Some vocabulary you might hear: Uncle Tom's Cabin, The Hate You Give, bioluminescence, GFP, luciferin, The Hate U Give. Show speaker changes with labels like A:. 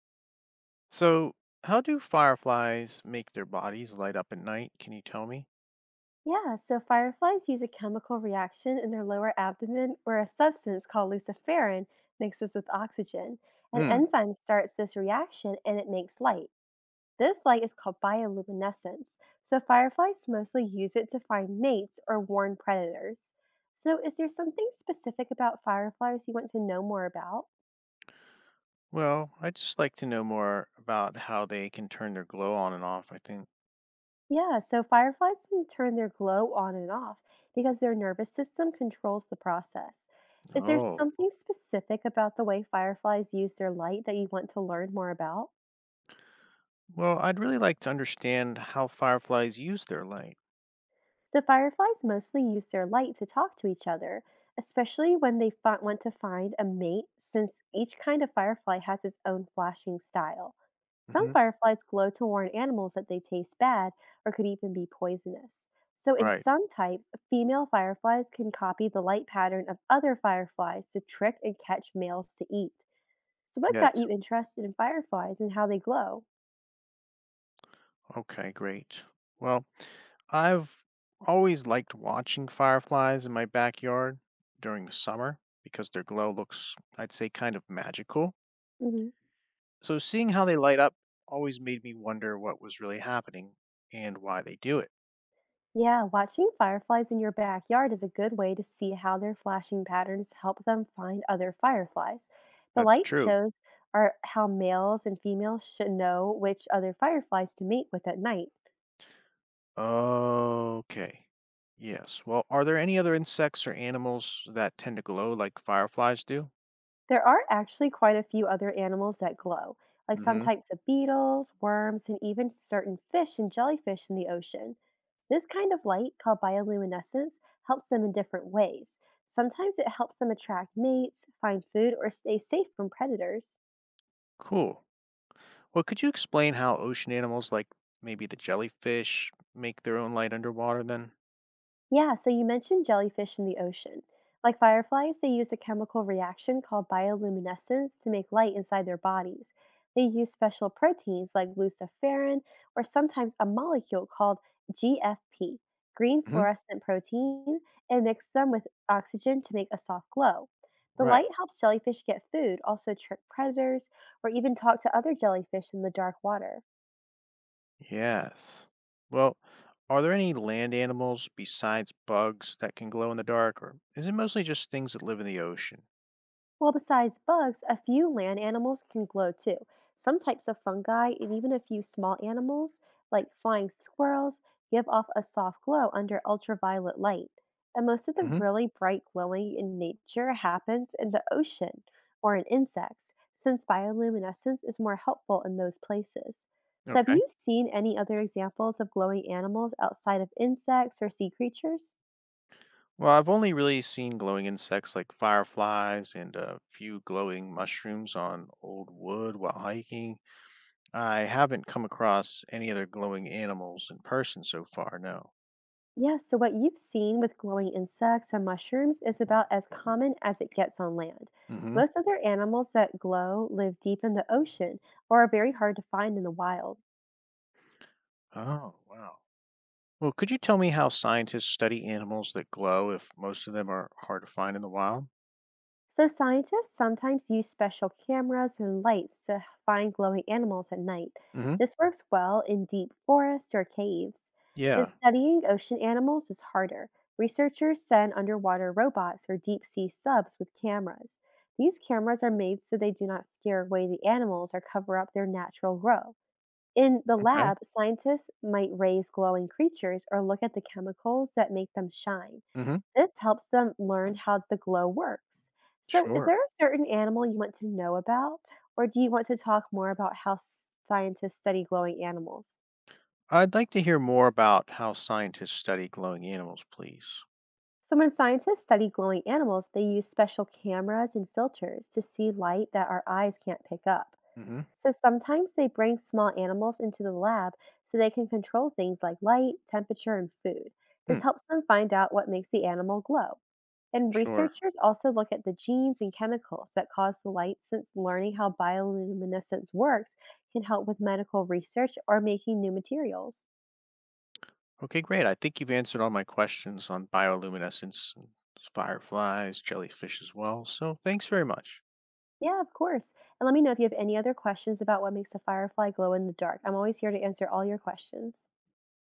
A: So, how do fireflies make their bodies light up at night? Can you tell me?
B: Yeah, so fireflies use a chemical reaction in their lower abdomen where a substance called luciferin mixes with oxygen. An
A: Hmm.
B: enzyme starts this reaction and it makes light. This light is called bioluminescence, so fireflies mostly use it to find mates or warn predators. So, is there something specific about fireflies you want to know more about?
A: Well, I'd just like to know more about how they can turn their glow on and off, I think.
B: Yeah, so fireflies can turn their glow on and off because their nervous system controls the process. Is there
A: Oh.
B: something specific about the way fireflies use their light that you want to learn more about?
A: Well, I'd really like to understand how fireflies use their light.
B: So, fireflies mostly use their light to talk to each other, especially when want to find a mate, since each kind of firefly has its own flashing style. Some
A: Hmm.
B: fireflies glow to warn animals that they taste bad or could even be poisonous. So, in
A: Right.
B: some types, female fireflies can copy the light pattern of other fireflies to trick and catch males to eat. So, what
A: Yes.
B: got you interested in fireflies and how they glow?
A: Okay, great. Well, I've always liked watching fireflies in my backyard during the summer because their glow looks, I'd say, kind of magical.
B: Hmm.
A: So seeing how they light up always made me wonder what was really happening and why they do it.
B: Yeah, watching fireflies in your backyard is a good way to see how their flashing patterns help them find other fireflies. The
A: That's
B: light
A: true.
B: shows are how males and females should know which other fireflies to mate with at night.
A: Okay. Yes. Well, are there any other insects or animals that tend to glow like fireflies do?
B: There are actually quite a few other animals that glow, like some
A: Hmm.
B: types of beetles, worms, and even certain fish and jellyfish in the ocean. This kind of light, called bioluminescence, helps them in different ways. Sometimes it helps them attract mates, find food, or stay safe from predators.
A: Cool. Well, could you explain how ocean animals like maybe the jellyfish make their own light underwater then?
B: Yeah, so you mentioned jellyfish in the ocean. Like fireflies, they use a chemical reaction called bioluminescence to make light inside their bodies. They use special proteins like luciferin or sometimes a molecule called GFP, green
A: Hmm.
B: fluorescent protein, and mix them with oxygen to make a soft glow. The
A: Right.
B: light helps jellyfish get food, also trick predators, or even talk to other jellyfish in the dark water.
A: Yes. Well, are there any land animals besides bugs that can glow in the dark, or is it mostly just things that live in the ocean?
B: Well, besides bugs, a few land animals can glow too. Some types of fungi and even a few small animals, like flying squirrels, give off a soft glow under ultraviolet light. And most of the really bright glowing in nature happens in the ocean or in insects, since bioluminescence is more helpful in those places. So, have
A: Okay.
B: you seen any other examples of glowing animals outside of insects or sea creatures?
A: Well, I've only really seen glowing insects like fireflies and a few glowing mushrooms on old wood while hiking. I haven't come across any other glowing animals in person so far, no.
B: Yeah, so what you've seen with glowing insects and mushrooms is about as common as it gets on land.
A: Mm-hmm.
B: Most other animals that glow live deep in the ocean or are very hard to find in the wild.
A: Oh, wow. Well, could you tell me how scientists study animals that glow if most of them are hard to find in the wild?
B: So, scientists sometimes use special cameras and lights to find glowing animals at night.
A: Mm-hmm.
B: This works well in deep forests or caves. And
A: Yeah.
B: studying ocean animals is harder. Researchers send underwater robots or deep sea subs with cameras. These cameras are made so they do not scare away the animals or cover up their natural glow. In the
A: Okay.
B: lab, scientists might raise glowing creatures or look at the chemicals that make them shine.
A: Mm-hmm.
B: This helps them learn how the glow works. So, is
A: Sure.
B: there a certain animal you want to know about, or do you want to talk more about how scientists study glowing animals?
A: I'd like to hear more about how scientists study glowing animals, please.
B: So, when scientists study glowing animals, they use special cameras and filters to see light that our eyes can't pick up.
A: Mm-hmm.
B: So sometimes they bring small animals into the lab so they can control things like light, temperature, and food. This
A: Hmm.
B: helps them find out what makes the animal glow. And
A: Sure.
B: researchers also look at the genes and chemicals that cause the light, since learning how bioluminescence works can help with medical research or making new materials.
A: Okay, great. I think you've answered all my questions on bioluminescence, and fireflies, jellyfish as well. So thanks very much.
B: Yeah, of course. And let me know if you have any other questions about what makes a firefly glow in the dark. I'm always here to answer all your questions.